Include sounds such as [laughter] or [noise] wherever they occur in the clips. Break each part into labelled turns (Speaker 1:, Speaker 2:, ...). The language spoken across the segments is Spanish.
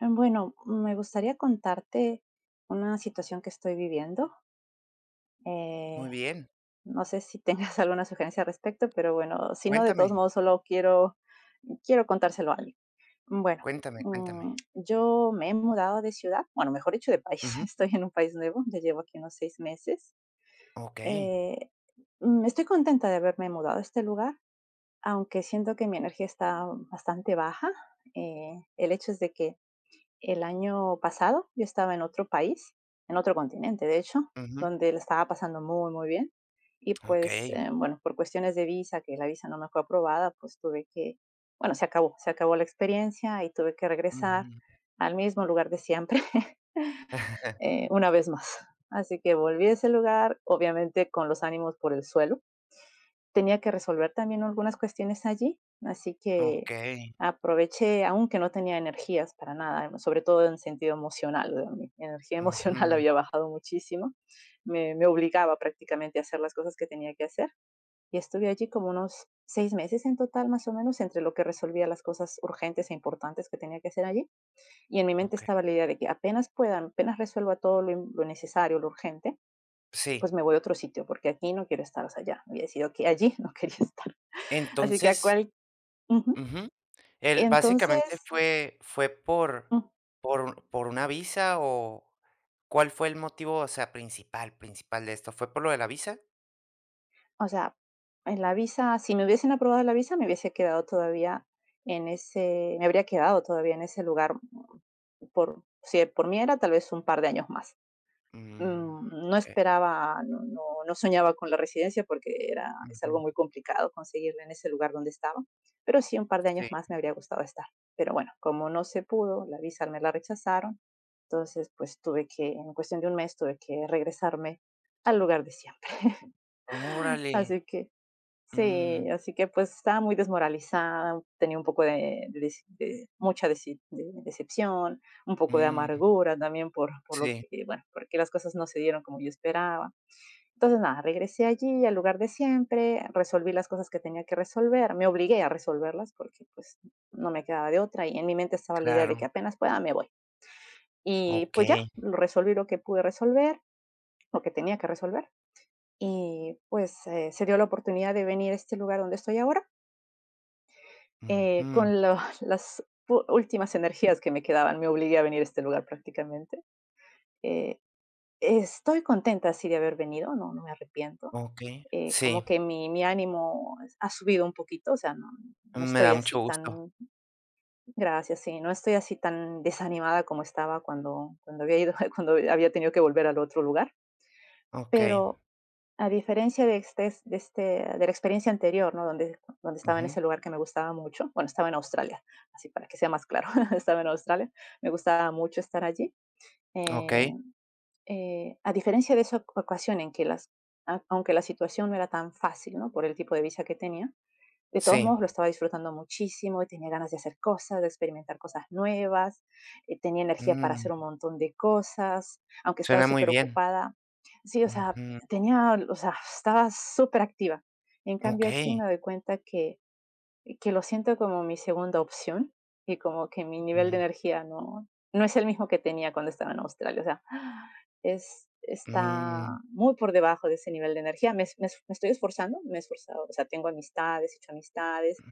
Speaker 1: Bueno, me gustaría contarte una situación que estoy viviendo. Eh,
Speaker 2: Muy bien.
Speaker 1: no sé si tengas [laughs] alguna sugerencia al respecto, pero bueno, si no, de
Speaker 2: Cuéntame,
Speaker 1: todos modos, quiero contárselo a alguien. Bueno,
Speaker 2: cuéntame, cuéntame.
Speaker 1: yo me he mudado de ciudad, bueno, mejor dicho, de país. [laughs]
Speaker 2: Ujú.
Speaker 1: Estoy en un país nuevo, ya llevo aquí unos 6 meses.
Speaker 2: Okey.
Speaker 1: Eh, Estoy contenta de haberme mudado a este lugar, aunque siento que mi energía está bastante baja. El hecho es de que el año pasado yo estaba en otro país, en otro continente, de hecho,
Speaker 2: Ujú.
Speaker 1: donde la estaba pasando muy, muy bien. Y pues,
Speaker 2: Okey.
Speaker 1: bueno, por cuestiones de visa, que la visa no me fue aprobada, pues tuve que, bueno, se acabó la experiencia y tuve que regresar
Speaker 2: Ujú.
Speaker 1: al mismo lugar de siempre, [laughs]
Speaker 2: [laughs]
Speaker 1: una vez más. Así que volví a ese lugar, obviamente con los ánimos por el suelo, tenía que resolver también algunas cuestiones allí, así que
Speaker 2: Okey.
Speaker 1: aproveché, aunque no tenía energías para nada, sobre todo en sentido emocional, mi energía [laughs] emocional
Speaker 2: Ujú.
Speaker 1: había bajado muchísimo, obligaba prácticamente a hacer las cosas que tenía que hacer, y estuve allí como unos 6 meses en total, más o menos, entre lo que resolvía las cosas urgentes e importantes que tenía que hacer allí, y en mi mente
Speaker 2: Okey.
Speaker 1: estaba la idea de que apenas resuelva todo lo necesario, lo urgente, pues
Speaker 2: Sí.
Speaker 1: me voy a otro sitio porque aquí no quiero estar. O sea, ya había decidido que allí [laughs] no quería estar. Así que a
Speaker 2: Entonces.
Speaker 1: cual, ujú.
Speaker 2: Ujú. Él básicamente
Speaker 1: Entonces,
Speaker 2: fue por
Speaker 1: mm,
Speaker 2: por por una visa, ¿o cuál fue el motivo, o sea, principal, principal de esto? ¿Fue por lo de la visa?
Speaker 1: o sea, en la visa, si me hubiesen aprobado la visa, me hubiese quedado todavía en ese me habría quedado todavía en ese lugar. Por si por mí era tal vez un par de años más.
Speaker 2: Mm,
Speaker 1: No
Speaker 2: okey.
Speaker 1: esperaba, no soñaba con la residencia porque era es algo
Speaker 2: Ujú.
Speaker 1: muy complicado conseguirla en ese lugar donde estaba, pero sí un par de años
Speaker 2: Sí.
Speaker 1: más me habría gustado estar. Pero bueno, como no se pudo, la visa me la rechazaron. Entonces, pues, tuve que en cuestión de un mes tuve que regresarme al lugar de siempre.
Speaker 2: Órale.
Speaker 1: Así que
Speaker 2: Mm,
Speaker 1: sí, así que, pues, estaba muy desmoralizada, tenía un poco de deci de mucha deci de decepción, un poco de
Speaker 2: mm.
Speaker 1: amargura también por lo
Speaker 2: Sí,
Speaker 1: que, bueno, porque las cosas no se dieron como yo esperaba. Entonces, nada, regresé allí al lugar de siempre, resolví las cosas que tenía que resolver, me obligué a resolverlas porque pues no me quedaba de otra, y en mi mente estaba la idea de
Speaker 2: claro.
Speaker 1: que apenas pueda me voy. Y pues ya,
Speaker 2: Okey.
Speaker 1: lo resolví, lo que pude resolver, lo que tenía que resolver. Y pues se dio la oportunidad de venir a este lugar donde estoy ahora, con [laughs] las últimas energías que me quedaban. Me obligué a venir a este lugar prácticamente. Eh, Estoy contenta así de haber venido, no, no me arrepiento,
Speaker 2: Okey, sí,
Speaker 1: como que mi ánimo ha subido un poquito. O sea, no, no
Speaker 2: me
Speaker 1: estoy
Speaker 2: da
Speaker 1: así
Speaker 2: mucho gusto.
Speaker 1: tan, gracias, sí, no estoy así tan desanimada como estaba cuando había ido, [laughs] cuando había tenido que volver al otro lugar,
Speaker 2: Okey,
Speaker 1: pero a diferencia de, este, de, este, de la experiencia anterior, ¿no? Donde estaba en
Speaker 2: ujú,
Speaker 1: ese lugar que me gustaba mucho. Bueno, estaba en Australia, así para que sea más claro, [laughs] estaba en Australia, me gustaba mucho estar allí. Eh,
Speaker 2: okey,
Speaker 1: a diferencia de esa ocasión en que aunque la situación no era tan fácil, ¿no? Por el tipo de visa que tenía, de todos
Speaker 2: sí,
Speaker 1: modos, lo estaba disfrutando muchísimo y tenía ganas de hacer cosas, de experimentar cosas nuevas. Tenía energía para hacer un
Speaker 2: mm,
Speaker 1: montón de cosas, aunque estaba
Speaker 2: suena muy
Speaker 1: súper
Speaker 2: bien,
Speaker 1: ocupada. Sí, o sea,
Speaker 2: ujú,
Speaker 1: o sea, estaba súper activa. En cambio, aquí
Speaker 2: okey,
Speaker 1: me doy cuenta que lo siento como mi segunda opción y como que mi nivel de
Speaker 2: mm,
Speaker 1: energía no es el mismo que tenía cuando estaba en Australia. O sea, [sighs] es está
Speaker 2: mm,
Speaker 1: muy por debajo de ese nivel de energía. Me estoy esforzando, me he esforzado. O sea, tengo amistades, he hecho amistades,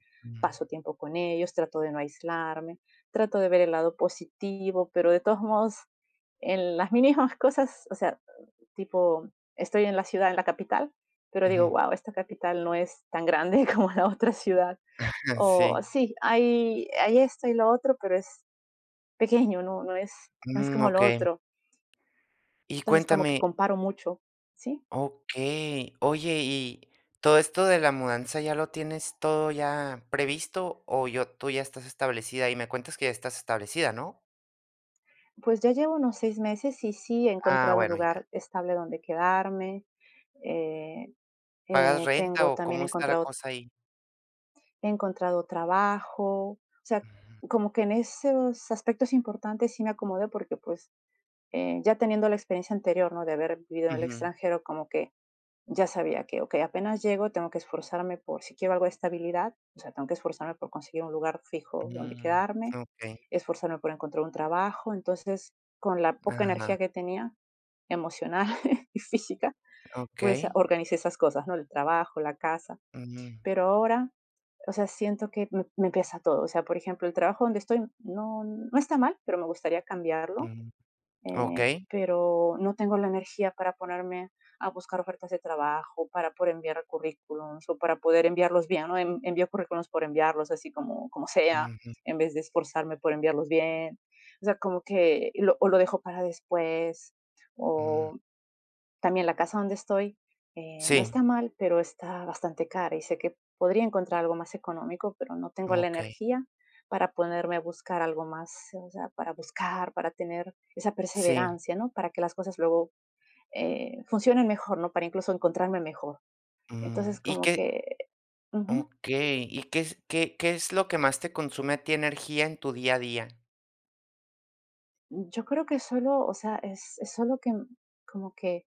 Speaker 1: paso
Speaker 2: mm,
Speaker 1: tiempo con ellos, trato de no aislarme, trato de ver el lado positivo, pero de todos modos, en las mínimas [laughs] cosas, o sea, tipo, estoy en la ciudad, en la capital, pero
Speaker 2: ujú,
Speaker 1: digo: "Guau, esta capital no es tan grande [laughs] como la otra ciudad".
Speaker 2: [laughs]
Speaker 1: O
Speaker 2: sí,
Speaker 1: sí, hay esto y lo otro, pero es pequeño, no, no es
Speaker 2: mm,
Speaker 1: como lo
Speaker 2: okey.
Speaker 1: otro.
Speaker 2: Y
Speaker 1: Entonces, como que
Speaker 2: cuéntame
Speaker 1: comparo mucho, ¿sí?
Speaker 2: Okey, oye, ¿y todo esto de la mudanza ya lo tienes todo ya previsto o yo tú ya estás establecida? Y me cuentas que ya estás establecida, ¿no?
Speaker 1: Pues ya llevo unos 6 meses y sí he
Speaker 2: Ah,
Speaker 1: encontrado un
Speaker 2: bueno, ya,
Speaker 1: lugar estable donde quedarme. eh,
Speaker 2: ¿pagas
Speaker 1: eh,
Speaker 2: renta
Speaker 1: tengo
Speaker 2: o
Speaker 1: también
Speaker 2: cómo está la
Speaker 1: encontrado,
Speaker 2: cosa ahí?
Speaker 1: He encontrado trabajo. O sea,
Speaker 2: Ujú,
Speaker 1: como que en esos aspectos importantes sí me acomodé porque pues, ya teniendo la experiencia anterior, ¿no? De haber vivido en el
Speaker 2: ujú,
Speaker 1: extranjero, como que ya sabía que, okey, apenas llego, tengo que esforzarme por si quiero algo de estabilidad. O sea, tengo que esforzarme por conseguir un lugar fijo donde
Speaker 2: mm,
Speaker 1: quedarme,
Speaker 2: okey.
Speaker 1: esforzarme por encontrar un trabajo. Entonces, con la poca energía
Speaker 2: Ajá,
Speaker 1: que tenía, emocional [laughs] y física, pues
Speaker 2: okey.
Speaker 1: organicé esas cosas, ¿no? El trabajo, la casa.
Speaker 2: Ujú,
Speaker 1: Pero ahora, o sea, siento que me pesa todo. O sea, por ejemplo, el trabajo donde estoy no está mal, pero me gustaría cambiarlo,
Speaker 2: ujú. Okey.
Speaker 1: pero no tengo la energía para ponerme a buscar ofertas de trabajo, para poder enviar currículums, o para poder enviarlos bien, ¿no? Envío currículums por enviarlos así como sea,
Speaker 2: Ujú,
Speaker 1: en vez de esforzarme por enviarlos bien. O sea, como que o lo dejo para después.
Speaker 2: mm.
Speaker 1: También la casa donde estoy, no
Speaker 2: Sí,
Speaker 1: está mal, pero está bastante cara y sé que podría encontrar algo más económico, pero no tengo la
Speaker 2: okey.
Speaker 1: energía para ponerme a buscar algo más. O sea, para buscar, para tener esa
Speaker 2: Sí,
Speaker 1: perseverancia, ¿no? Para que las cosas luego, funcionen mejor, ¿no? Para incluso encontrarme mejor.
Speaker 2: mm.
Speaker 1: Entonces,
Speaker 2: ¿Y
Speaker 1: como
Speaker 2: qué?
Speaker 1: que, ujú,
Speaker 2: Okey, ¿y qué es lo que más te consume a ti energía en tu día a día?
Speaker 1: yo creo que solo, o sea, es solo que, como que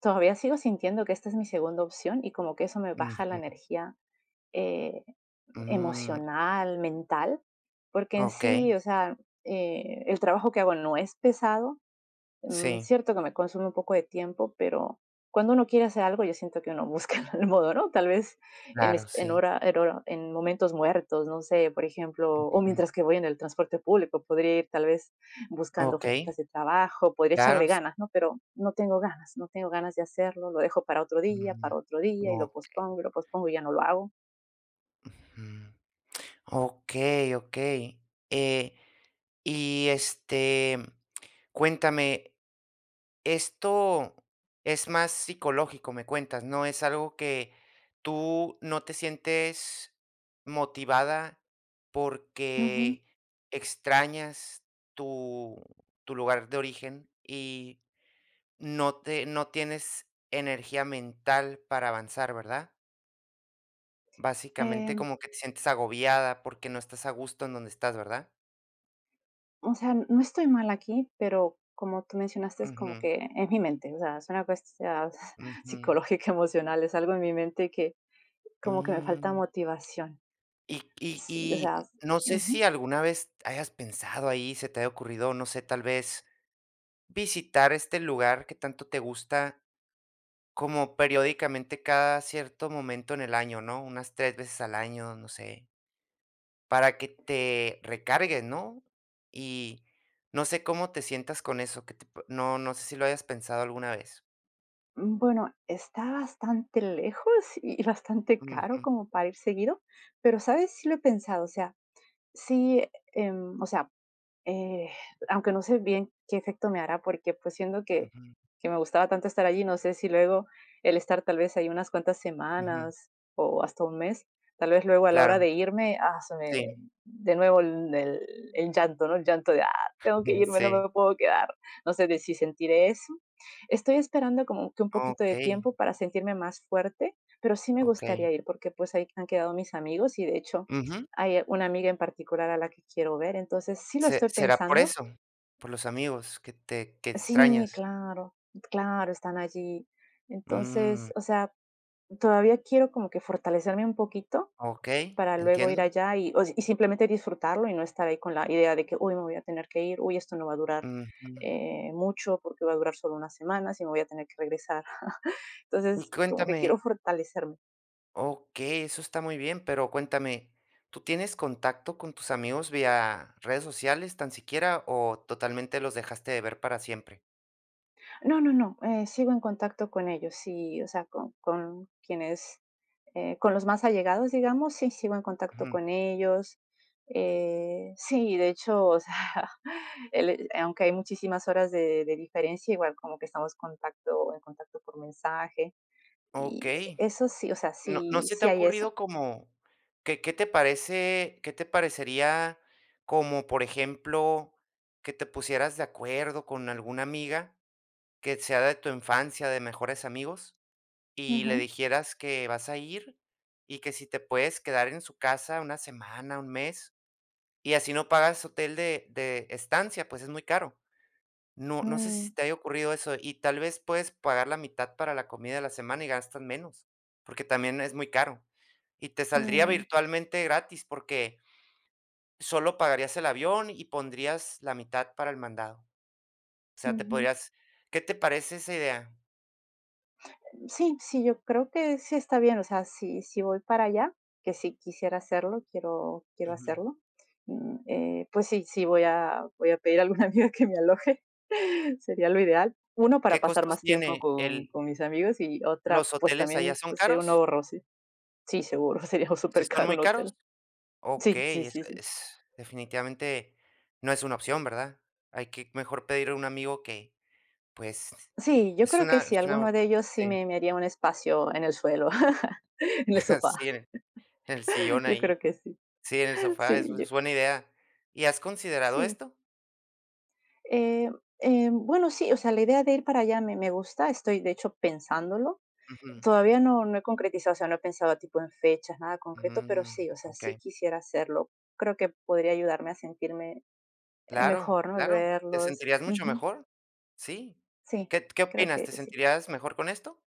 Speaker 1: todavía sigo sintiendo que esta es mi segunda opción y como que eso me baja la
Speaker 2: Ujú,
Speaker 1: energía, eh,
Speaker 2: mm,
Speaker 1: emocional, mental, porque en sí,
Speaker 2: okey.
Speaker 1: o sea, el trabajo que hago no es pesado.
Speaker 2: Sí,
Speaker 1: Cierto que me consume un poco de tiempo, pero cuando uno quiere hacer algo, yo siento que uno busca [laughs] el modo, ¿no? Tal vez en,
Speaker 2: claro,
Speaker 1: es- en,
Speaker 2: sí.
Speaker 1: hora, en, hora- en momentos muertos, no sé, por ejemplo, o
Speaker 2: Ujú.
Speaker 1: mientras que voy en el transporte público, podría ir tal vez buscando
Speaker 2: Okey,
Speaker 1: ofertas de trabajo, podría
Speaker 2: claro,
Speaker 1: echarle
Speaker 2: sí.
Speaker 1: ganas, ¿no? Pero no tengo ganas, no tengo ganas de hacerlo, lo dejo
Speaker 2: Ujú.
Speaker 1: para otro día, y lo
Speaker 2: Ok.
Speaker 1: pospongo, y lo pospongo, y ya no lo hago.
Speaker 2: Ujú. Okey, okey. Eh, y, cuéntame esto es más psicológico, me cuentas, ¿no? Es algo que tú no te sientes motivada
Speaker 1: Ujú.
Speaker 2: porque extrañas tu, tu lugar de origen y no tienes energía mental para avanzar, ¿verdad?
Speaker 1: Eh,
Speaker 2: Básicamente como que te sientes agobiada porque no estás a gusto en donde estás, ¿verdad?
Speaker 1: o sea, no estoy mal aquí, pero como tú mencionaste, es como
Speaker 2: Ujú,
Speaker 1: que en mi mente, o sea, es una cuestión [laughs]
Speaker 2: ujú.
Speaker 1: psicológica, emocional, es algo en mi mente que como que me falta
Speaker 2: Mm.
Speaker 1: motivación.
Speaker 2: Y y
Speaker 1: Sí, o sea,
Speaker 2: y no sé
Speaker 1: ujú.
Speaker 2: si alguna vez hayas pensado ahí, se te haya ocurrido, no sé, tal vez visitar este lugar que tanto te gusta como periódicamente cada cierto momento en el año, ¿no? Unas 3 veces al año, no sé, para que te recargues, ¿no? Y no sé cómo te sientas con eso, que te p no sé si lo hayas pensado alguna vez.
Speaker 1: Bueno, está bastante lejos [laughs] y bastante caro
Speaker 2: Ujú,
Speaker 1: como para ir seguido, pero sabes, sí lo he pensado. O sea, sí, o sea, Eh, aunque no sé bien qué efecto me hará, porque pues siendo
Speaker 2: ujú,
Speaker 1: que me gustaba tanto estar allí, no sé si luego el estar tal vez ahí unas cuantas
Speaker 2: ujú.
Speaker 1: semanas o hasta un mes, tal vez luego a la
Speaker 2: Claro,
Speaker 1: hora de irme, ah,
Speaker 2: sí,
Speaker 1: de nuevo el llanto, ¿no? El llanto de, ah, tengo que
Speaker 2: [laughs]
Speaker 1: irme, no
Speaker 2: sí.
Speaker 1: me puedo quedar. No sé de si sentiré eso. Estoy esperando como que un poquito de
Speaker 2: Okey,
Speaker 1: tiempo para sentirme más fuerte, pero sí me
Speaker 2: okey.
Speaker 1: gustaría ir porque pues ahí han quedado mis amigos, y de hecho hay una amiga en particular a la que quiero ver, entonces sí lo
Speaker 2: Se
Speaker 1: estoy
Speaker 2: Será por
Speaker 1: pensando.
Speaker 2: eso, por los amigos que
Speaker 1: Sí,
Speaker 2: extrañas.
Speaker 1: claro, claro, están allí.
Speaker 2: Mm,
Speaker 1: Entonces, o sea, todavía quiero como que fortalecerme un poquito
Speaker 2: okey,
Speaker 1: para luego ir
Speaker 2: entiendo.
Speaker 1: allá y, o si- y simplemente disfrutarlo y no estar ahí con la idea de que, uy, me voy a tener que ir, uy, esto no va a durar,
Speaker 2: Ujú.
Speaker 1: mucho, porque va a durar solo unas semanas y me voy a tener que regresar. [laughs]
Speaker 2: Y
Speaker 1: Entonces, como que
Speaker 2: cuéntame
Speaker 1: quiero fortalecerme.
Speaker 2: Okey, eso está muy bien, pero cuéntame, ¿tú tienes contacto con tus amigos vía redes sociales tan siquiera o totalmente los dejaste de ver para siempre?
Speaker 1: No, no, no, sigo en contacto con ellos, sí, o sea, con, quienes, con los más allegados, digamos, sí, sigo en contacto
Speaker 2: Ujú.
Speaker 1: con ellos. Sí, de hecho, o sea, [laughs] aunque hay muchísimas horas de, diferencia, igual como que en contacto por mensaje. Y
Speaker 2: Okey.
Speaker 1: eso sí, o sea,
Speaker 2: ¿No se te
Speaker 1: sí
Speaker 2: ha
Speaker 1: hay eso.
Speaker 2: ocurrido como qué te parecería, como por ejemplo, que te pusieras de acuerdo con alguna amiga, que sea de tu infancia, de mejores amigos, y le
Speaker 1: Ujú,
Speaker 2: dijeras que vas a ir y que si te puedes quedar en su casa una semana, un mes, y así no pagas hotel de estancia, pues es muy caro? No sé si
Speaker 1: mm,
Speaker 2: te haya ocurrido eso, y tal vez puedes pagar la mitad para la comida de la semana y gastas menos, porque también es muy caro. Y te saldría
Speaker 1: mm,
Speaker 2: virtualmente gratis porque solo pagarías el avión y pondrías la mitad para el mandado. O sea, te
Speaker 1: ujú.
Speaker 2: podrías ¿qué te parece esa idea?
Speaker 1: Sí, sí, yo creo que sí está bien. O sea, si voy para allá, que si quisiera hacerlo, quiero
Speaker 2: Ujú.
Speaker 1: hacerlo, pues sí, sí voy a pedir a alguna [laughs] amiga que me aloje, [laughs] sería lo ideal. Uno, para
Speaker 2: ¿Qué
Speaker 1: pasar
Speaker 2: costos
Speaker 1: más tiempo
Speaker 2: tiene
Speaker 1: con
Speaker 2: el
Speaker 1: mis amigos, y otra,
Speaker 2: los
Speaker 1: pues
Speaker 2: hoteles allá?
Speaker 1: también,
Speaker 2: ¿Son
Speaker 1: pues sería un
Speaker 2: caros?
Speaker 1: ahorro, sí, sí, seguro, [laughs] sería
Speaker 2: ¿Sí
Speaker 1: súper
Speaker 2: son
Speaker 1: caro
Speaker 2: muy
Speaker 1: un
Speaker 2: caros?
Speaker 1: hotel. Sí, sí,
Speaker 2: Okey,
Speaker 1: sí, sí.
Speaker 2: es definitivamente no es una opción, ¿verdad? Hay que mejor pedir a un amigo que, pues,
Speaker 1: Sí, yo creo que sí,
Speaker 2: es una
Speaker 1: alguno de ellos sí
Speaker 2: sí,
Speaker 1: me haría un espacio en el suelo, [laughs] en el
Speaker 2: [laughs]
Speaker 1: sofá,
Speaker 2: sí, en el sillón
Speaker 1: yo
Speaker 2: ahí,
Speaker 1: creo que sí.
Speaker 2: sí, en el sofá, es
Speaker 1: Sí, yo
Speaker 2: es buena idea. ¿Y has considerado
Speaker 1: sí.
Speaker 2: esto?
Speaker 1: Eh, bueno, sí, o sea, la idea de ir para allá me gusta, estoy de hecho pensándolo.
Speaker 2: Ujú,
Speaker 1: Todavía no he concretizado. O sea, no he pensado tipo en fechas, nada concreto, pero
Speaker 2: mm,
Speaker 1: sí, o sea, sí
Speaker 2: okey.
Speaker 1: quisiera hacerlo. Creo que podría ayudarme a sentirme,
Speaker 2: Claro,
Speaker 1: mejor, ¿no? El
Speaker 2: claro, te
Speaker 1: verlos.
Speaker 2: sentirías mucho
Speaker 1: Ujú,
Speaker 2: mejor, sí.
Speaker 1: sí,
Speaker 2: ¿Qué
Speaker 1: creo
Speaker 2: opinas? ¿Te
Speaker 1: que sí.
Speaker 2: sentirías mejor con esto?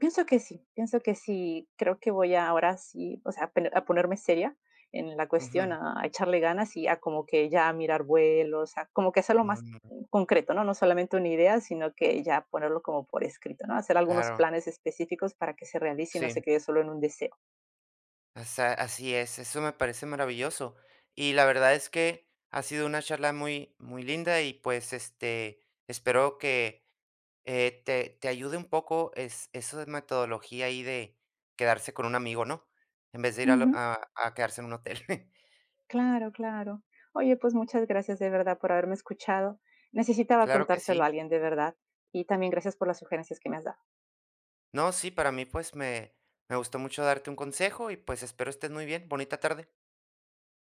Speaker 1: Pienso que sí, pienso que sí. Creo que voy a ahora sí, o sea, a a ponerme seria en la cuestión,
Speaker 2: Ujú,
Speaker 1: a echarle ganas, y a como que ya mirar vuelos, a como que hacerlo más
Speaker 2: mm,
Speaker 1: concreto, ¿no? No solamente una idea, sino que ya ponerlo como por escrito, ¿no? Hacer algunos
Speaker 2: claro.
Speaker 1: planes específicos para que se realice y no se
Speaker 2: Sí,
Speaker 1: quede solo en un deseo.
Speaker 2: o sea, así es, eso me parece maravilloso. Y la verdad es que ha sido una charla muy, muy linda y pues este, espero que te ayude un poco eso de metodología ahí de quedarse con un amigo, ¿no? En vez de ir a, lo-
Speaker 1: Ujú,
Speaker 2: a- a quedarse en un hotel. [laughs]
Speaker 1: claro, claro. Oye, pues muchas gracias de verdad por haberme escuchado. Necesitaba
Speaker 2: Claro que
Speaker 1: contárselo a
Speaker 2: sí.
Speaker 1: alguien de verdad, y también gracias por las sugerencias que me has dado.
Speaker 2: No, sí, para mí pues me gustó mucho darte un consejo y pues espero estés muy bien. Bonita tarde.